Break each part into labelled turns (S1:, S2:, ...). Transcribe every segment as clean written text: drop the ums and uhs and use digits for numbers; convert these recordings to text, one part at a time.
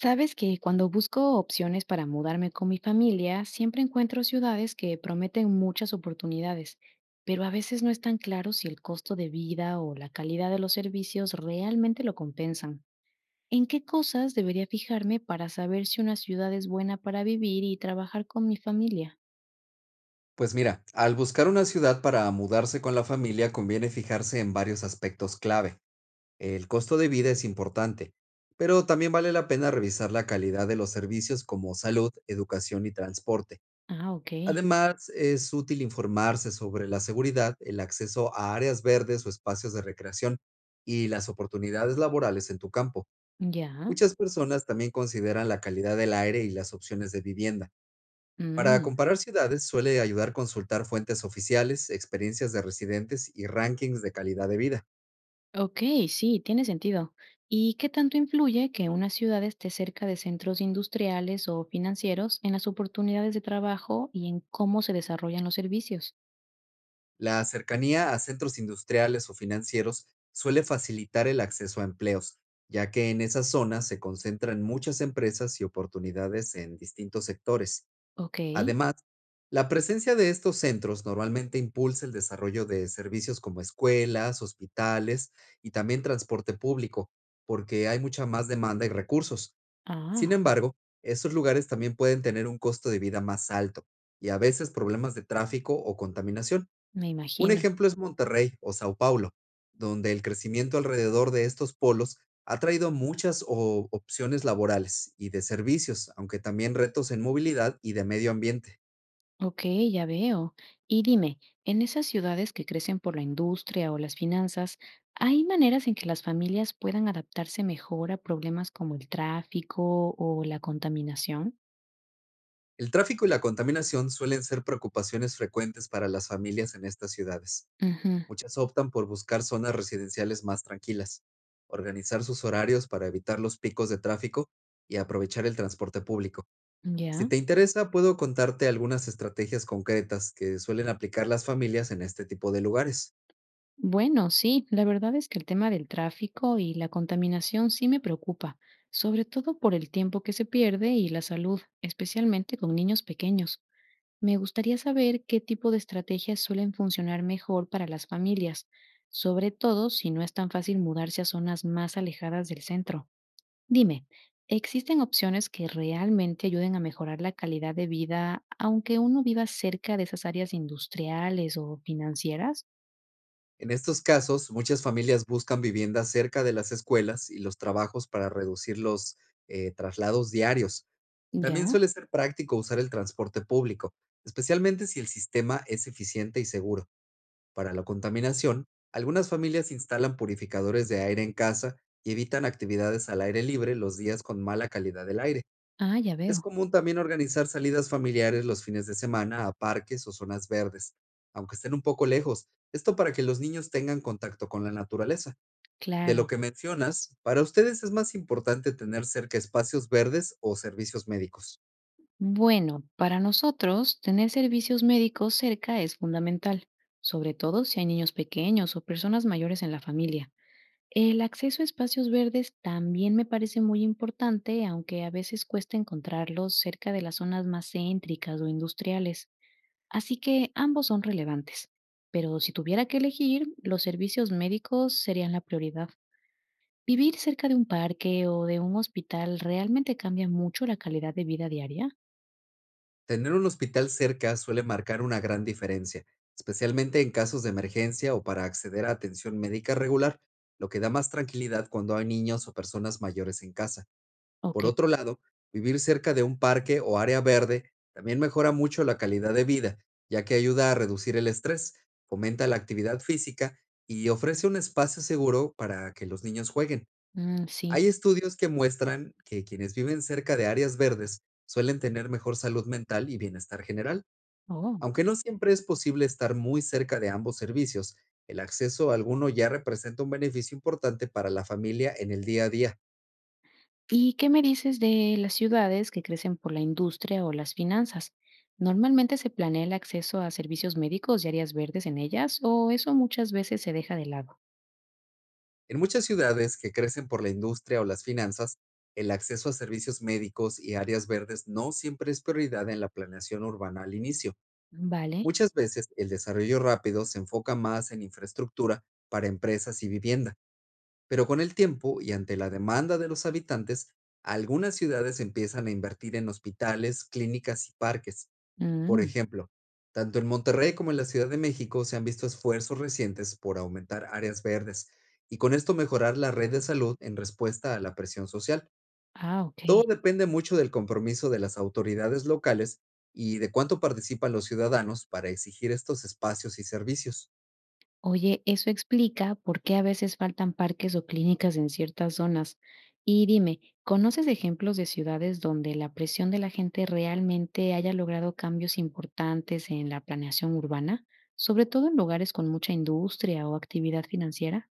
S1: Sabes que cuando busco opciones para mudarme con mi familia, siempre encuentro ciudades que prometen muchas oportunidades, pero a veces no es tan claro si el costo de vida o la calidad de los servicios realmente lo compensan. ¿En qué cosas debería fijarme para saber si una ciudad es buena para vivir y trabajar con mi familia?
S2: Pues mira, al buscar una ciudad para mudarse con la familia conviene fijarse en varios aspectos clave. El costo de vida es importante, pero también vale la pena revisar la calidad de los servicios como salud, educación y transporte.
S1: Ah, ok.
S2: Además, es útil informarse sobre la seguridad, el acceso a áreas verdes o espacios de recreación y las oportunidades laborales en tu campo.
S1: Ya.
S2: Muchas personas también consideran la calidad del aire y las opciones de vivienda. Para
S1: Mm.
S2: comparar ciudades suele ayudar consultar fuentes oficiales, experiencias de residentes y rankings de calidad de vida.
S1: Ok, sí, tiene sentido. ¿Y qué tanto influye que una ciudad esté cerca de centros industriales o financieros en las oportunidades de trabajo y en cómo se desarrollan los servicios?
S2: La cercanía a centros industriales o financieros suele facilitar el acceso a empleos, ya que en esas zonas se concentran muchas empresas y oportunidades en distintos sectores.
S1: Ok,
S2: Además, la presencia de estos centros normalmente impulsa el desarrollo de servicios como escuelas, hospitales y también transporte público, porque hay mucha más demanda y recursos. Sin
S1: ah,
S2: embargo, estos lugares también pueden tener un costo de vida más alto y a veces problemas de tráfico o contaminación.
S1: me
S2: Un
S1: imagino.
S2: ejemplo es Monterrey o Sao Paulo, donde el crecimiento alrededor de estos polos ha traído muchas opciones laborales y de servicios, aunque también retos en movilidad y de medio ambiente.
S1: Ok, ya veo. Y dime, en esas ciudades que crecen por la industria o las finanzas, ¿hay maneras en que las familias puedan adaptarse mejor a problemas como el tráfico o la contaminación?
S2: El tráfico y la contaminación suelen ser preocupaciones frecuentes para las familias en estas ciudades.
S1: Ujú,
S2: Muchas optan por buscar zonas residenciales más tranquilas, organizar sus horarios para evitar los picos de tráfico y aprovechar el transporte público. Si
S1: ya.
S2: te interesa, puedo contarte algunas estrategias concretas que suelen aplicar las familias en este tipo de lugares.
S1: Bueno, sí, la verdad es que el tema del tráfico y la contaminación sí me preocupa, sobre todo por el tiempo que se pierde y la salud, especialmente con niños pequeños. Me gustaría saber qué tipo de estrategias suelen funcionar mejor para las familias, sobre todo si no es tan fácil mudarse a zonas más alejadas del centro. Dime, ¿existen opciones que realmente ayuden a mejorar la calidad de vida, aunque uno viva cerca de esas áreas industriales o financieras?
S2: En estos casos, muchas familias buscan viviendas cerca de las escuelas y los trabajos para reducir los traslados diarios. También
S1: Ya,
S2: suele ser práctico usar el transporte público, especialmente si el sistema es eficiente y seguro. Para la contaminación, algunas familias instalan purificadores de aire en casa y evitan actividades al aire libre los días con mala calidad del aire.
S1: ah, ya
S2: Es
S1: veo.
S2: común también organizar salidas familiares los fines de semana a parques o zonas verdes, aunque estén un poco lejos. Esto para que los niños tengan contacto con la naturaleza. De
S1: Claro.
S2: lo que mencionas, para ustedes es más importante tener cerca espacios verdes o servicios médicos.
S1: Bueno, para nosotros, tener servicios médicos cerca es fundamental, sobre todo si hay niños pequeños o personas mayores en la familia. El acceso a espacios verdes también me parece muy importante, aunque a veces cuesta encontrarlos cerca de las zonas más céntricas o industriales. Así que ambos son relevantes. Pero si tuviera que elegir, los servicios médicos serían la prioridad. ¿Vivir cerca de un parque o de un hospital realmente cambia mucho la calidad de vida diaria?
S2: Tener un hospital cerca suele marcar una gran diferencia, especialmente en casos de emergencia o para acceder a atención médica regular, lo que da más tranquilidad cuando hay niños o personas mayores en casa.
S1: ¿Ok?
S2: Por otro lado, vivir cerca de un parque o área verde también mejora mucho la calidad de vida, ya que ayuda a reducir el estrés, fomenta la actividad física y ofrece un espacio seguro para que los niños jueguen.
S1: Mm, sí.
S2: Hay estudios que muestran que quienes viven cerca de áreas verdes suelen tener mejor salud mental y bienestar general.
S1: Oh.
S2: Aunque no siempre es posible estar muy cerca de ambos servicios, el acceso a alguno ya representa un beneficio importante para la familia en el día a día.
S1: ¿Y qué me dices de las ciudades que crecen por la industria o las finanzas? ¿Normalmente se planea el acceso a servicios médicos y áreas verdes en ellas o eso muchas veces se deja de lado?
S2: En muchas ciudades que crecen por la industria o las finanzas, el acceso a servicios médicos y áreas verdes no siempre es prioridad en la planeación urbana al inicio.
S1: Vale.
S2: Muchas veces el desarrollo rápido se enfoca más en infraestructura para empresas y vivienda. Pero con el tiempo y ante la demanda de los habitantes, algunas ciudades empiezan a invertir en hospitales, clínicas y parques. Por
S1: Mm.
S2: ejemplo, tanto en Monterrey como en la Ciudad de México se han visto esfuerzos recientes por aumentar áreas verdes y con esto mejorar la red de salud en respuesta a la presión social.
S1: Ah, ok.
S2: Todo depende mucho del compromiso de las autoridades locales y de cuánto participan los ciudadanos para exigir estos espacios y servicios.
S1: Oye, eso explica por qué a veces faltan parques o clínicas en ciertas zonas. Y dime, ¿conoces ejemplos de ciudades donde la presión de la gente realmente haya logrado cambios importantes en la planeación urbana, sobre todo en lugares con mucha industria o actividad financiera?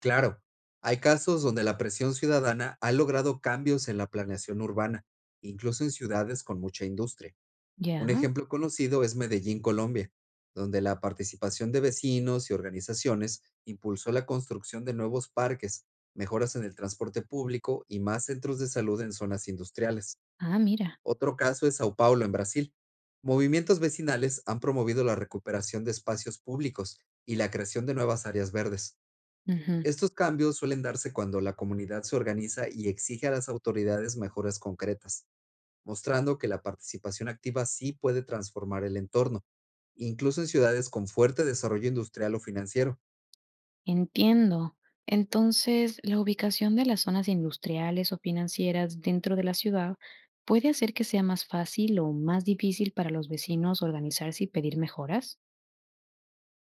S2: Claro, hay casos donde la presión ciudadana ha logrado cambios en la planeación urbana, incluso en ciudades con mucha industria.
S1: Ya,
S2: Un ejemplo conocido es Medellín, Colombia, donde la participación de vecinos y organizaciones impulsó la construcción de nuevos parques, mejoras en el transporte público y más centros de salud en zonas industriales.
S1: ah, mira.
S2: Otro caso es Sao Paulo, en Brasil. Movimientos vecinales han promovido la recuperación de espacios públicos y la creación de nuevas áreas verdes.
S1: Ujú.
S2: Estos cambios suelen darse cuando la comunidad se organiza y exige a las autoridades mejoras concretas, mostrando que la participación activa sí puede transformar el entorno, incluso en ciudades con fuerte desarrollo industrial o financiero.
S1: Entiendo. Entonces, la ubicación de las zonas industriales o financieras dentro de la ciudad puede hacer que sea más fácil o más difícil para los vecinos organizarse y pedir mejoras.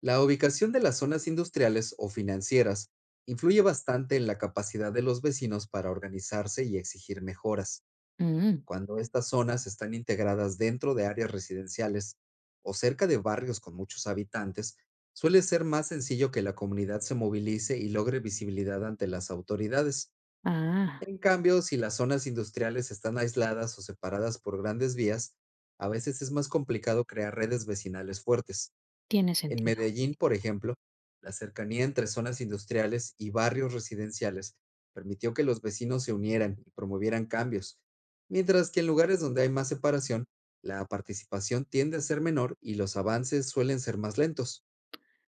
S2: La ubicación de las zonas industriales o financieras influye bastante en la capacidad de los vecinos para organizarse y exigir mejoras.
S1: Mm,
S2: Cuando estas zonas están integradas dentro de áreas residenciales o cerca de barrios con muchos habitantes, suele ser más sencillo que la comunidad se movilice y logre visibilidad ante las autoridades.
S1: ah,
S2: En cambio, si las zonas industriales están aisladas o separadas por grandes vías, a veces es más complicado crear redes vecinales fuertes.
S1: tiene
S2: En
S1: sentido.
S2: Medellín, por ejemplo, la cercanía entre zonas industriales y barrios residenciales permitió que los vecinos se unieran y promovieran cambios, mientras que en lugares donde hay más separación, la participación tiende a ser menor y los avances suelen ser más lentos.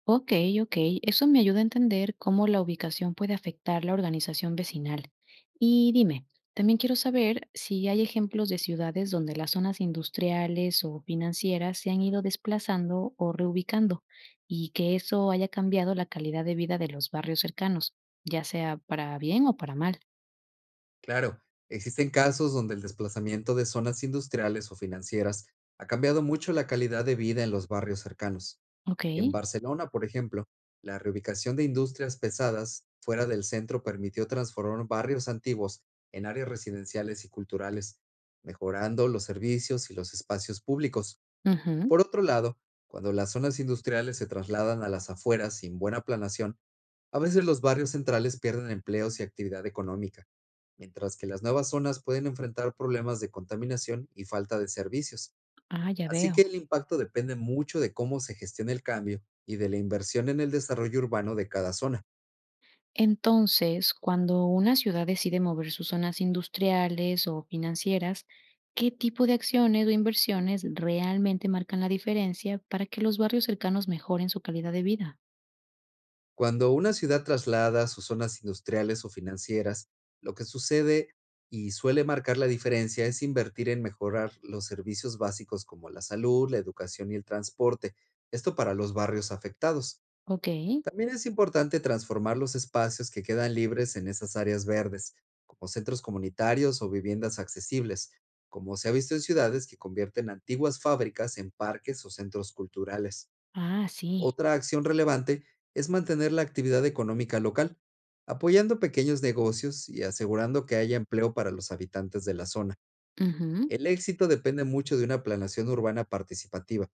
S1: Ok, ok. Eso me ayuda a entender cómo la ubicación puede afectar la organización vecinal. Y dime, también quiero saber si hay ejemplos de ciudades donde las zonas industriales o financieras se han ido desplazando o reubicando y que eso haya cambiado la calidad de vida de los barrios cercanos, ya sea para bien o para mal.
S2: Claro, existen casos donde el desplazamiento de zonas industriales o financieras ha cambiado mucho la calidad de vida en los barrios cercanos.
S1: Ok.
S2: En Barcelona, por ejemplo, la reubicación de industrias pesadas fuera del centro permitió transformar barrios antiguos en áreas residenciales y culturales, mejorando los servicios y los espacios públicos.
S1: Ujú.
S2: Por otro lado, cuando las zonas industriales se trasladan a las afueras sin buena planación, a veces los barrios centrales pierden empleos y actividad económica, mientras que las nuevas zonas pueden enfrentar problemas de contaminación y falta de servicios.
S1: Ah, ya
S2: Así
S1: veo.
S2: que el impacto depende mucho de cómo se gestione el cambio y de la inversión en el desarrollo urbano de cada zona.
S1: Entonces, cuando una ciudad decide mover sus zonas industriales o financieras, ¿qué tipo de acciones o inversiones realmente marcan la diferencia para que los barrios cercanos mejoren su calidad de vida?
S2: Cuando una ciudad traslada sus zonas industriales o financieras, lo que sucede y suele marcar la diferencia es invertir en mejorar los servicios básicos como la salud, la educación y el transporte, esto para los barrios afectados.
S1: Ok.
S2: También es importante transformar los espacios que quedan libres en esas áreas verdes, como centros comunitarios o viviendas accesibles, como se ha visto en ciudades que convierten antiguas fábricas en parques o centros culturales.
S1: Ah, sí.
S2: Otra acción relevante es mantener la actividad económica local, apoyando pequeños negocios y asegurando que haya empleo para los habitantes de la zona.
S1: Ujú.
S2: El éxito depende mucho de una planeación urbana participativa,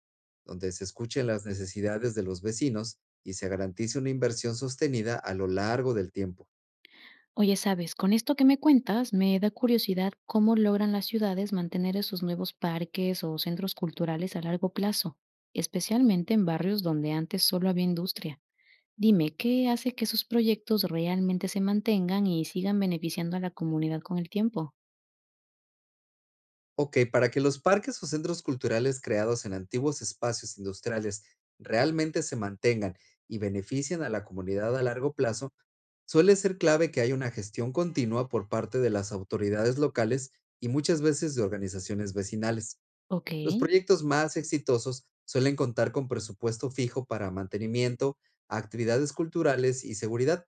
S2: donde se escuchen las necesidades de los vecinos y se garantice una inversión sostenida a lo largo del tiempo.
S1: Oye, sabes, con esto que me cuentas, me da curiosidad cómo logran las ciudades mantener esos nuevos parques o centros culturales a largo plazo, especialmente en barrios donde antes solo había industria. Dime, ¿qué hace que esos proyectos realmente se mantengan y sigan beneficiando a la comunidad con el tiempo?
S2: Ok, para que los parques o centros culturales creados en antiguos espacios industriales realmente se mantengan y beneficien a la comunidad a largo plazo, suele ser clave que haya una gestión continua por parte de las autoridades locales y muchas veces de organizaciones vecinales.
S1: Ok,
S2: Los proyectos más exitosos suelen contar con presupuesto fijo para mantenimiento, actividades culturales y seguridad,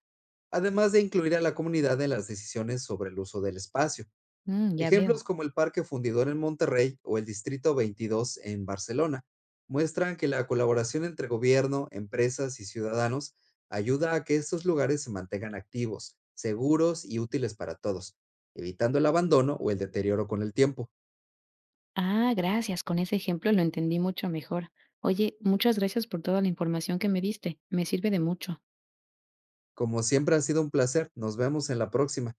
S2: además de incluir a la comunidad en las decisiones sobre el uso del espacio.
S1: mm, ya veo.
S2: Ejemplos como el Parque Fundidor en Monterrey o el Distrito 22 en Barcelona muestran que la colaboración entre gobierno, empresas y ciudadanos ayuda a que estos lugares se mantengan activos, seguros y útiles para todos, evitando el abandono o el deterioro con el tiempo.
S1: Ah, gracias. Con ese ejemplo lo entendí mucho mejor. Oye, muchas gracias por toda la información que me diste. Me sirve de mucho.
S2: Como siempre ha sido un placer. Nos vemos en la próxima.